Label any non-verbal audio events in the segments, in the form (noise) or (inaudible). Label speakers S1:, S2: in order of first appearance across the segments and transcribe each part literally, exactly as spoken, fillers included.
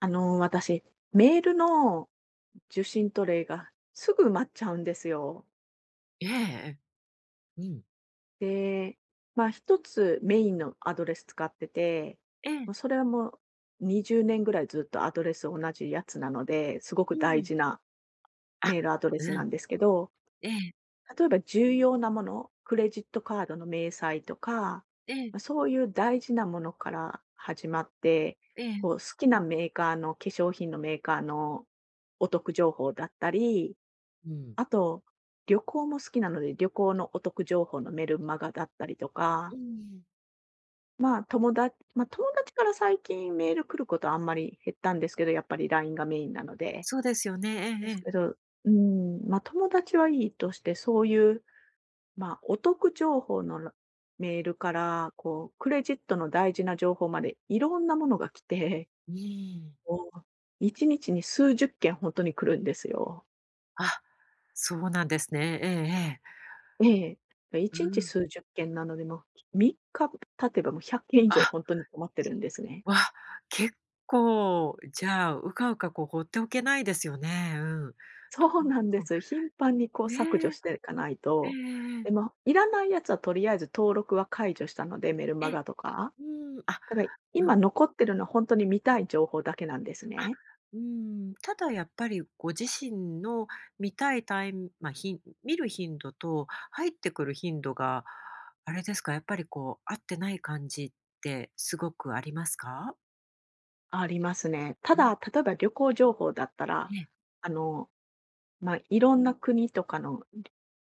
S1: あの、私、メールの受信トレイがすぐ埋まっちゃうんですよ。
S2: ええええうん。
S1: で、まあ一つメインのアドレス使ってて、
S2: え。え
S1: もう
S2: え
S1: それはもうにじゅうねんぐらいずっとアドレス同じやつなので、すごく
S2: う
S1: 大
S2: ん。
S1: 事な
S2: あ、
S1: メールアドレ
S2: う
S1: スな
S2: ん。
S1: んですけど、
S2: ええ
S1: 例えば重要なもの、クレジットカードの明細とか、
S2: え
S1: ま、
S2: え
S1: そういう大事なものから始まって、
S2: ええ。
S1: こう好きなメーカーの化粧品のメーカーのお得情報だったり、
S2: うん。
S1: あと、旅行も好きなので、旅行のお得情報のメルマガだったりとか、
S2: うん、
S1: まあ、友だま、友達から最近メール来ることはあんまり減ったんですけど、やっぱり ライン がメインなので。
S2: そうですよね。え
S1: で
S2: ええ
S1: す
S2: え。
S1: けど、うん、ま、友達はいいとして、そういう、ま、お得情報のメールから、こう、クレジットの大事な情報までいろんなものが来て、
S2: うん。
S1: こう、いちにちに数十件本当に来るんですよ。
S2: あ、そうなんですね。ええええ。
S1: ええ、
S2: う
S1: いちにち
S2: ん。
S1: 数十件なので、もうみっか経てばもうひゃっけん以上
S2: あ、
S1: 本当に止まってるんですね。
S2: わ、結構、じゃあ、うかうか、こう、放っておけないですよね。うん。うん
S1: (laughs) そうなんで
S2: う
S1: す。頻繁にこう
S2: ん。え
S1: 削除し
S2: え。
S1: ていかない
S2: ええ
S1: と。
S2: えええ
S1: で、
S2: え。
S1: もいらないやつはとりあえず登録は解除したので、メル
S2: え
S1: マ
S2: え
S1: ガとか。
S2: うん、あ、
S1: だから
S2: う
S1: 今
S2: ん。
S1: 残ってるのは本当に見たい情報だけなんです
S2: あ、
S1: ね。
S2: うん、ただやっぱりご自身の見たいタイムまあ、ひ見る頻度と入ってくる頻度が、あれですか、やっぱりこう合ってない感じってすごくありますか？
S1: ありますね。た
S2: うん、
S1: だ、例えば旅行情報だったら、
S2: ええ、
S1: あの、まあ、いろんな国とかの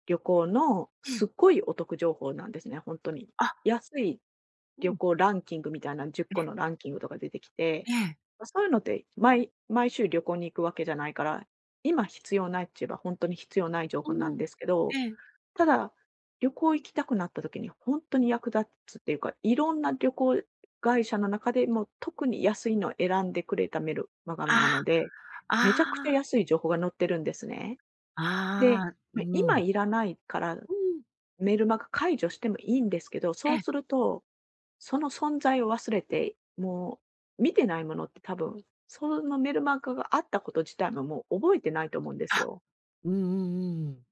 S1: 旅行の
S2: え
S1: す
S2: え、
S1: っごいお得情報なんですね、本当に。
S2: あ、
S1: 安い
S2: う
S1: 旅
S2: ん、
S1: 行ランキングみたいなじゅっこ
S2: え
S1: のランキングとか出てきて、
S2: え、ええ、
S1: ま、そういうのって毎毎週旅行に行くわけじゃないから、今必要ないっち言えばほんとに必要ない情報な
S2: う
S1: ん
S2: ん、
S1: ですけど、
S2: ええ、
S1: ただ、旅行行きたくなった時にほんとに役立つっていうか、いろんな旅行会社の中でも特に安いのを選んでくれたメルマガなの
S2: あ
S1: で、
S2: あ、
S1: めちゃくちゃ
S2: あ
S1: 安い情報が載ってるんですね。で、
S2: あ、う
S1: ま、今
S2: ん、
S1: いらないから
S2: うん、
S1: メルマガ解除してもいいんですけど、
S2: え
S1: そう
S2: え、
S1: するとその存在を忘れて、もう見てないものって多分、そのメルマガがあったこと自体ももう覚えてないと思うんで
S2: あ、
S1: すよ。
S2: うんうんうんうん、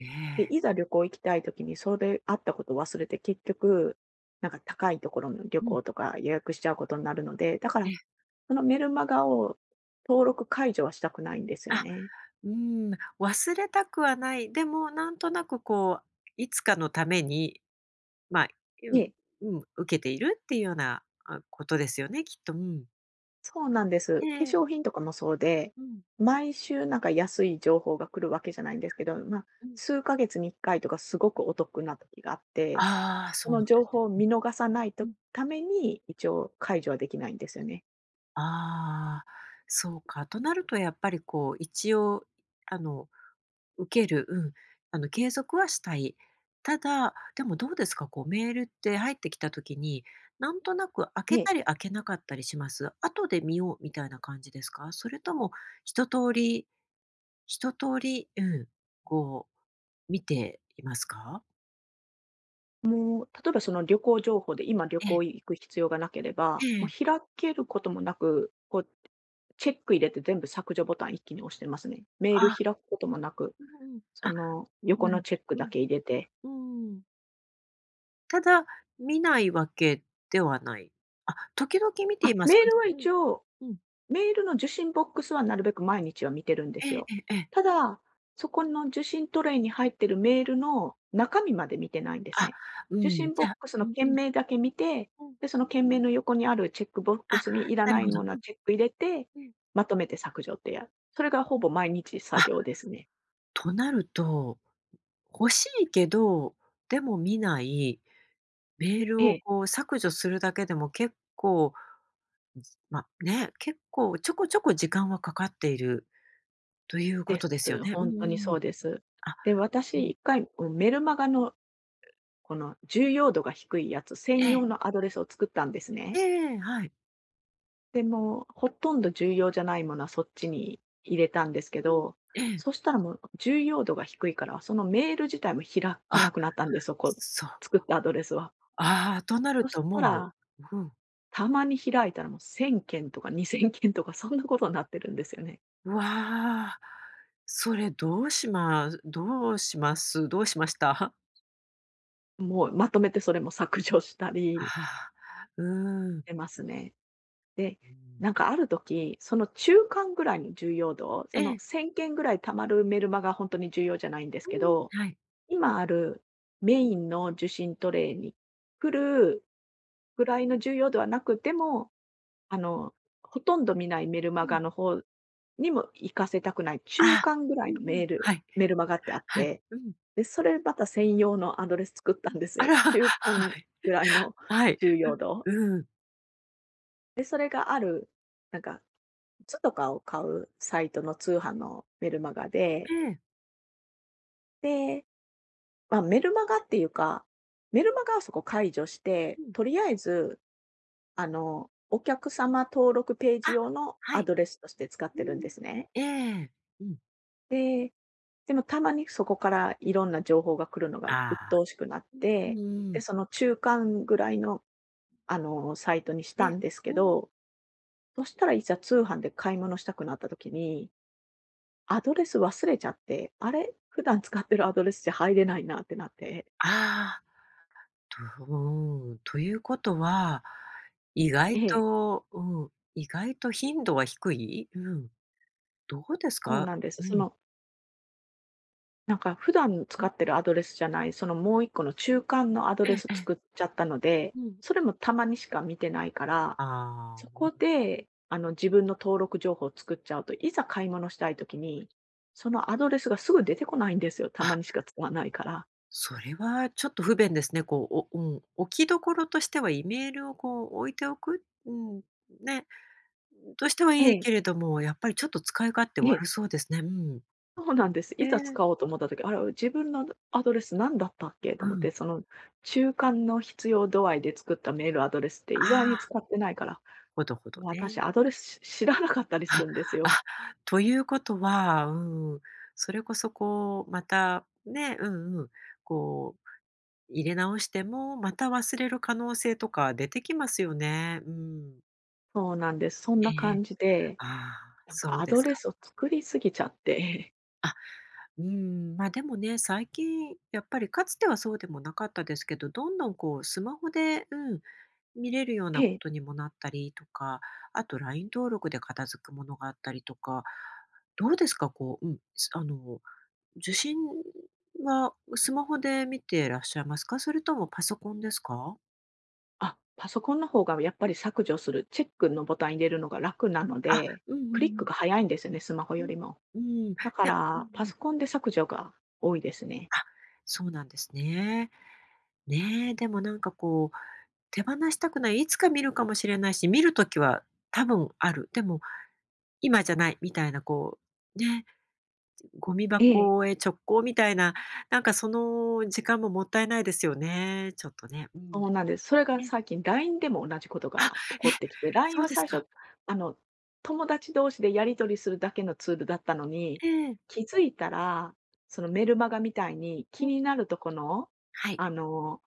S2: え
S1: で、
S2: え、
S1: いざ旅行行きたい時にそれあったことを忘れて、結局、なんか高いところの旅
S2: うん、
S1: 行とか予約しちゃうことになるので、だか
S2: え
S1: ら、
S2: え、
S1: そのメルマガを登録解除はしたくないんですよ
S2: あ
S1: ね。
S2: うん、忘れたくはない。でも、なんとなくこう、いつかのために、まあ、
S1: で
S2: うん、うん、受けているっていうような、あ、ことですよね、きっと。うん。
S1: そうなんで
S2: え
S1: す。化
S2: え。
S1: 粧品とかもそうで、
S2: うん、
S1: 毎週なんか安い情報が来るわけじゃないんですけど、まあ、
S2: うん。
S1: 数ヶ月にいっかいとかすごくお得な時があって、
S2: ああ、
S1: そ
S2: そう
S1: の
S2: なんで
S1: 情
S2: す
S1: 報を
S2: ね。
S1: 見逃さない
S2: う
S1: と
S2: ん。
S1: ために、一応解除はできないんですよね。
S2: ああ、そうか。となるとやっぱりこう、一応、あの受ける、うん、あの、継続はしたい。ただ、でもどうですか、こうメールって入ってきた時に、なんとなく開
S1: え
S2: け
S1: え。
S2: たり開けなかったりします？後で見ようみたいな感じですか？それとも一通り一通り、うん、こう見ていますか？
S1: もう、例えばその旅行情報で今旅
S2: え
S1: 行
S2: え、
S1: 行く必要がなければ、
S2: え
S1: も
S2: え、
S1: う開けることもなく、こう、チェック入れて全部削除ボタン一気に押してますね。メール
S2: あ、
S1: 開くこともなく、
S2: うんうん、
S1: そ
S2: あ、
S1: の横
S2: な
S1: の
S2: る
S1: チェック
S2: ほ
S1: だ
S2: ど、
S1: け入れて。
S2: うん、うん。ただ、見ないわけではない。あ、時々見て
S1: あ、
S2: います
S1: メー
S2: か？
S1: ルは
S2: うん、
S1: 一応
S2: うん。
S1: メールの受信ボックスはなるべく毎日は見てるんで
S2: え
S1: す
S2: え
S1: よ。
S2: ええええ。
S1: ただ、そこの受信トレイに入ってるメールの中身まで見てないんです
S2: あ、
S1: ね。
S2: う
S1: 受
S2: ん、
S1: 信
S2: じ
S1: ボ
S2: ゃ
S1: ッ
S2: あ
S1: クス
S2: う
S1: の
S2: んう
S1: 件
S2: ん。
S1: 名だけ見て、
S2: うん。
S1: で、その件名の横にあるチェックボック
S2: あ、
S1: スにいら
S2: な
S1: な
S2: るほ
S1: いも
S2: ど。
S1: の
S2: う
S1: はチェック入れて、
S2: ん。うん。
S1: まとめて削除ってやるそれがほぼ毎日作
S2: あ、
S1: 業ですね。
S2: となると、欲しいけど、でも見ない、メー
S1: え
S2: ルを
S1: え、
S2: こう削除するだけでも結構、じま、ね、結構ちょこちょこ時間はかかっているというこ
S1: で
S2: とですよ
S1: す。
S2: ね。う
S1: 本
S2: んうん
S1: 当に
S2: う
S1: そ
S2: ん。
S1: うです。
S2: あ、
S1: で、
S2: う
S1: 私
S2: ん。
S1: いっかい、うん、メルマガのこの重要度が低いやつ
S2: え
S1: 専
S2: え、
S1: 用のアドレスを作ったんですね。
S2: ええ、はい。
S1: でも、ほとんど重要じゃないものはそっちに入れたんですけ
S2: うん。
S1: ど、
S2: ええ。
S1: そしたらもう重要度が低いから、そのメール自体も開か
S2: あ、
S1: なくなったんです、そこ、
S2: そう。
S1: 作ったアドレスは。
S2: ああ、となる
S1: そし
S2: と
S1: た
S2: も
S1: ら、
S2: ううん。
S1: たまに開いたらもうせんけんとかにせんけんとかそんなことになってるんですよね。
S2: わあ、それどうしますどうしますどうしました？(laughs)
S1: もうまとめてそれも削除した
S2: あ
S1: り
S2: あ、うー
S1: し
S2: ん。
S1: てますね。で、
S2: うん。
S1: なんかある時、その中間ぐらいの重要度、
S2: え
S1: その
S2: え、
S1: せんけんぐらいたまるメルマガ本当に重要じゃないんですけ
S2: うん、
S1: ど
S2: はい。
S1: 今あるメインの受信トレイに来るぐらいの重要度はなくても、あの、ほとんど見ないメルマ
S2: うん。
S1: ガの方にも行かせたくない、中
S2: あ
S1: 間ぐら
S2: う
S1: い
S2: ん
S1: の
S2: う
S1: メ
S2: ん、
S1: ール
S2: はい、
S1: メルマガってあっ
S2: はい、
S1: て、
S2: うん。
S1: で、それまた専用のアドレス作ったんです
S2: あ
S1: よ。
S2: ら、(laughs)
S1: 中間
S2: はい、
S1: ぐらいの
S2: はい、
S1: 重要度。
S2: うん。
S1: で、それがある、なんか、靴とかを買うサイトの通販のメルマガで、
S2: ええ、
S1: で、まあ、メルマガっていうか、メルマガはそこ解除して、
S2: うん。
S1: とりあえず、あの、お客様登録ページ
S2: あ、
S1: 用の
S2: は
S1: ア
S2: い、
S1: ドレスとして使っ
S2: う
S1: てるんで
S2: ん。
S1: すね。
S2: ええ、うん。
S1: で、でもたまにそこからいろんな情報が来るのが
S2: あ
S1: 鬱
S2: あ、
S1: 陶しくなっ
S2: うん
S1: て、
S2: うんう
S1: で、
S2: ん。
S1: その中間ぐらいの、あの、サイトにし
S2: え
S1: た
S2: え、
S1: んですけ
S2: うん。
S1: ど、そしたらいざ通販で買い物したくなった時に、アドレス忘れちゃって、あれ、普段使ってるアドレスじゃ入れないなってなって。
S2: ああ。と、うん、ということは、意外
S1: ええ、
S2: とうん、意外と頻度は低い？うん、どうです
S1: そう
S2: か？
S1: なんです。
S2: う
S1: そ
S2: ん、
S1: のなんか普段
S2: う
S1: 使
S2: ん、
S1: ってるアドレスじゃない、そのもう一個の中間のアド
S2: え
S1: レ
S2: え
S1: ス
S2: ええ、
S1: 作っちゃったので、
S2: うん。
S1: それもたまにしか見てないから、
S2: あ
S1: そ
S2: あ、
S1: こで、あの、自分の登録情報を作っちゃうと、いざ買い物したいときに、そのアドレスがすぐ出てこないんですよ、たま
S2: あ、
S1: にしか使わないから。
S2: それはちょっと不便ですね。こう、おうん、置き所としてはイメールをこう置いておく、うん、ね、としては
S1: え
S2: いい
S1: え、
S2: けれども、やっぱりちょっと使い勝手
S1: え
S2: 悪
S1: え、
S2: そうですね。うん。
S1: そうなんです。い
S2: え
S1: ざ
S2: え、
S1: 使おうと思ったときあれ、自分のアドレス何だったっけと
S2: う
S1: 思って、
S2: ん。
S1: その中間の必要度合いで作ったメールアドレスって意
S2: あ
S1: 外に
S2: あ、
S1: 使ってないから、
S2: ほどほど
S1: 私
S2: ね。
S1: アドレス知らなかったりす
S2: あ、
S1: るんですよ。
S2: あ、ということは、うん、それこそこう、また、ね、うんうん、こう、入れ直しても、また忘れる可能性とか出てきますよね。うん。
S1: そうなんです。そん
S2: え
S1: な
S2: え
S1: 感じで、
S2: ああ、
S1: なん
S2: そ
S1: か
S2: う
S1: ア
S2: で
S1: ド
S2: す
S1: レ
S2: か。
S1: スを作りすぎちゃって、
S2: あ、うん、ま、でもね、最近やっぱりかつてはそうでもなかったですけど、どんどんこうスマホで、うん、見れるようなこ
S1: (laughs) で、
S2: とにもなったりとか、あと ライン 登録で片付くものがあったりとか、どうですか？こう、うん、すあの受信はスマホで見てらっしゃいますか？それともパソコンですか？
S1: あ、パソコンの方がやっぱ
S2: う
S1: り
S2: ん。
S1: 削除する、チェックのボタン入れるのが楽なの
S2: あ、
S1: で、
S2: うんうん
S1: クリッ
S2: う
S1: ク
S2: ん。
S1: が早いんですよね、スマホ
S2: う
S1: よ
S2: ん。
S1: りも。
S2: うん。で
S1: だか
S2: うんう
S1: ら、パ
S2: ん。
S1: ソコンで削除が多いですね。
S2: あ、そうなんですね。ねえ、でもなんかこう、手放したくない、いつか見るかもしれないし、見る時は多分ある。でも今じゃないみたいなこう、ね、ゴミ
S1: ええ。
S2: 箱へ直行みたいな、なんかその時間ももったいないですよね、ちょっとね。うん。
S1: そうなんです。それが
S2: え、
S1: 最近 ライン でも同じこと
S2: あ、
S1: が起こ
S2: え、
S1: ってきて、ライン
S2: そう
S1: は
S2: です
S1: 最
S2: か。
S1: 初、あの、友達同士でやり取りするだけのツールだったのに、
S2: ええ。
S1: 気づいたら、そのメルマガみたいに気
S2: うん。
S1: になるとこの、
S2: はい。
S1: あの、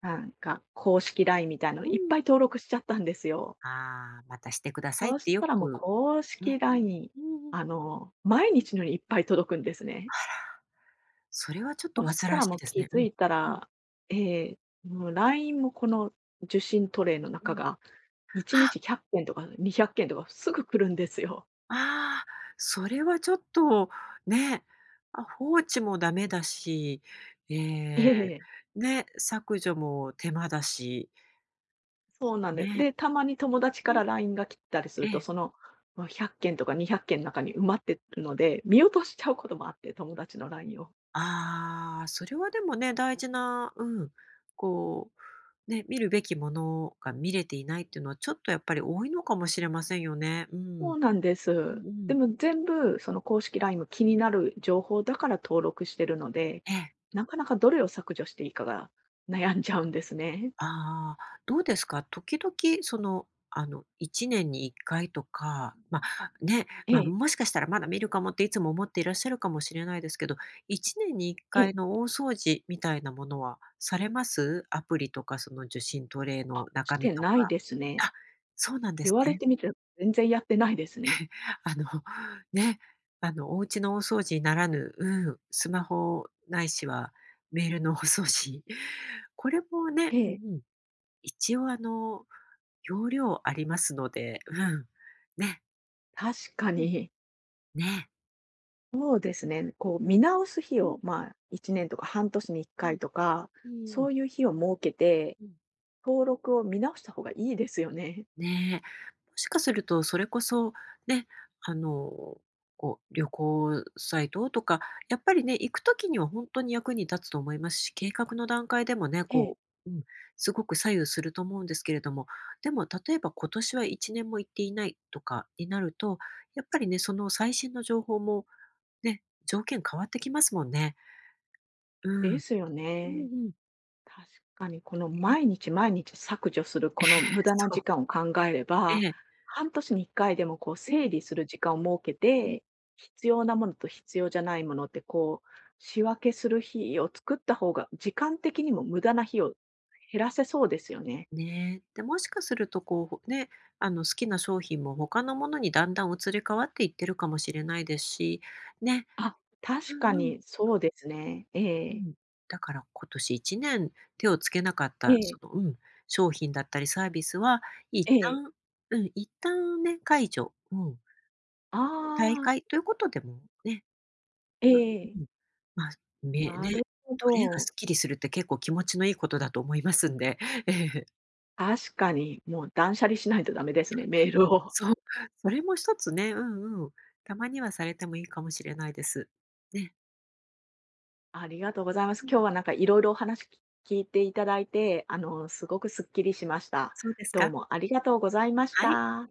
S1: なんか公式 ライン みたいなの
S2: う
S1: いっぱ
S2: ん。
S1: い登録しちゃったんですよ。
S2: ああ、またしてください
S1: そ
S2: っ
S1: うし
S2: てよ
S1: たらもう
S2: く
S1: 公式
S2: ね。
S1: ライン、
S2: うんうん。
S1: あの、毎日のようにいっぱい届くんです
S2: あ
S1: ね。
S2: ら、それはちょっと
S1: そし
S2: 煩
S1: た
S2: わ
S1: ら
S2: し
S1: も
S2: い
S1: う
S2: です
S1: 気
S2: ね。う
S1: づ
S2: ん。
S1: いた
S2: うん
S1: ら、ええ、もう ライン もこの受信トレイの
S2: う
S1: 中
S2: ん。
S1: が1
S2: あ、
S1: 日ひゃっけんとかにひゃっけんとかすぐ来るんですよ。
S2: ああ、それはちょっとね、あ、放置もダメだし、え
S1: (laughs) え
S2: え、
S1: え、
S2: ね、削除も手間だし、
S1: そうなんで。
S2: ね。
S1: で、たまに友達か
S2: う
S1: ら
S2: ん。
S1: ライン が来たりす
S2: え
S1: ると、
S2: え、
S1: その、ま、ひゃっけんとかにひゃっけんの中に埋まってるので、見落としちゃうこともあって、友達の ライン を。
S2: ああ、それはでもね、大事な、うん、こう、ね、見るべきものが見れていないっていうのはちょっとやっぱり多いのかもしれませんよね。う
S1: そ
S2: ん。
S1: うなんで
S2: う
S1: す。
S2: んう
S1: で
S2: ん。
S1: も全部その公式 ライン も気になる情報だから登録してるので、
S2: ええ。
S1: なかなかどれを削除していいかが悩んじゃうんですね。
S2: ああ、どうですか？時々その、あの、いちねんにいっかいとか、ま、ね、
S1: え
S2: まあ、
S1: え、
S2: もしかしたらまだ見るかもっていつも思っていらっしゃるかもしれないですけど、いちねんに1
S1: ええ。
S2: 回の大掃除みたいなものはされます？アプリとかその受信トレイの
S1: あ、し
S2: 中身
S1: て
S2: とか。
S1: ないですね。
S2: あ、そうなんで
S1: 言
S2: す
S1: われ
S2: ね。
S1: てみて全然やってないですね。
S2: あの、ね、あの、お家の大掃除ならぬ、うん、スマホないしはメールの大掃除。これもね
S1: え
S2: う
S1: え。
S2: んうん。一応あの、容量ありますので、うん。ね。
S1: 確か
S2: うん。
S1: に。
S2: ね。
S1: そうですね。こう見直す日
S2: う
S1: を、
S2: ん、
S1: まあ、いちねんとか半年に1
S2: う
S1: 回
S2: ん、
S1: とか、
S2: う
S1: そ
S2: ん、
S1: ういう日を設けて、
S2: うん。
S1: 登録を見直した方がいいですよね。
S2: ね。もしかするとそれこそ、ね、あの、こう、旅行サイトとか、やっぱりね、行くときには本当に役に立つと思いますし、計画の段階でもね、
S1: ええ、
S2: こう、うん、すごく左右すると思うんですけれども、でも例えば今年はいちねんも行っていないとかになると、やっぱりね、その最新の情報もね、条件変わってきますもんね。う
S1: で
S2: ん。
S1: すよ
S2: う
S1: ね。
S2: んうん。
S1: 確かにこの
S2: ね。
S1: 毎日毎日削除する
S2: (laughs) え
S1: この
S2: え
S1: 無駄な
S2: そう。
S1: 時間を考えれば、
S2: ええ。
S1: 半年にいっかいでもこう
S2: うん
S1: 整理する時間を設け
S2: うん。
S1: て、必要なものと必要じゃないものってこう、仕分けする日を作った方が、時間的にも無駄な日を減らせそうですよね。
S2: ね。で、もしかするとこう、ほね、あの、好きな商品も他のものにだんだん移り変わっていってるかもしれないですし、ね。
S1: あ、
S2: う
S1: 確か
S2: んうん。
S1: にそうですね。え
S2: う
S1: え。
S2: ん。だから今年いちねん手をつけなかっ
S1: え
S2: たその、
S1: え。
S2: うん、商品だったりサービスは、一
S1: ええ。
S2: 旦うん、一旦ね、解除、うん、退
S1: ああ、
S2: 会ということでもね、
S1: え
S2: うん
S1: え。
S2: うん。まあ、め
S1: な
S2: ね、
S1: るほ
S2: トレイが
S1: ど。
S2: すっきりするって結構気持ちのいいことだと思いますんで、(laughs) ええ。
S1: 確かに、もう断捨離しないとダメですね、メールを。(laughs)
S2: そう、それも一つね、うんうん。たまにはされてもいいかもしれないです。ね。
S1: ありがとうございます。
S2: うん、
S1: 今日はなんかいろいろお話き聞いていただいて、あの、すごくすっきりしました。
S2: そうです
S1: どう
S2: か？
S1: もありがとうございまし
S2: はい。
S1: た。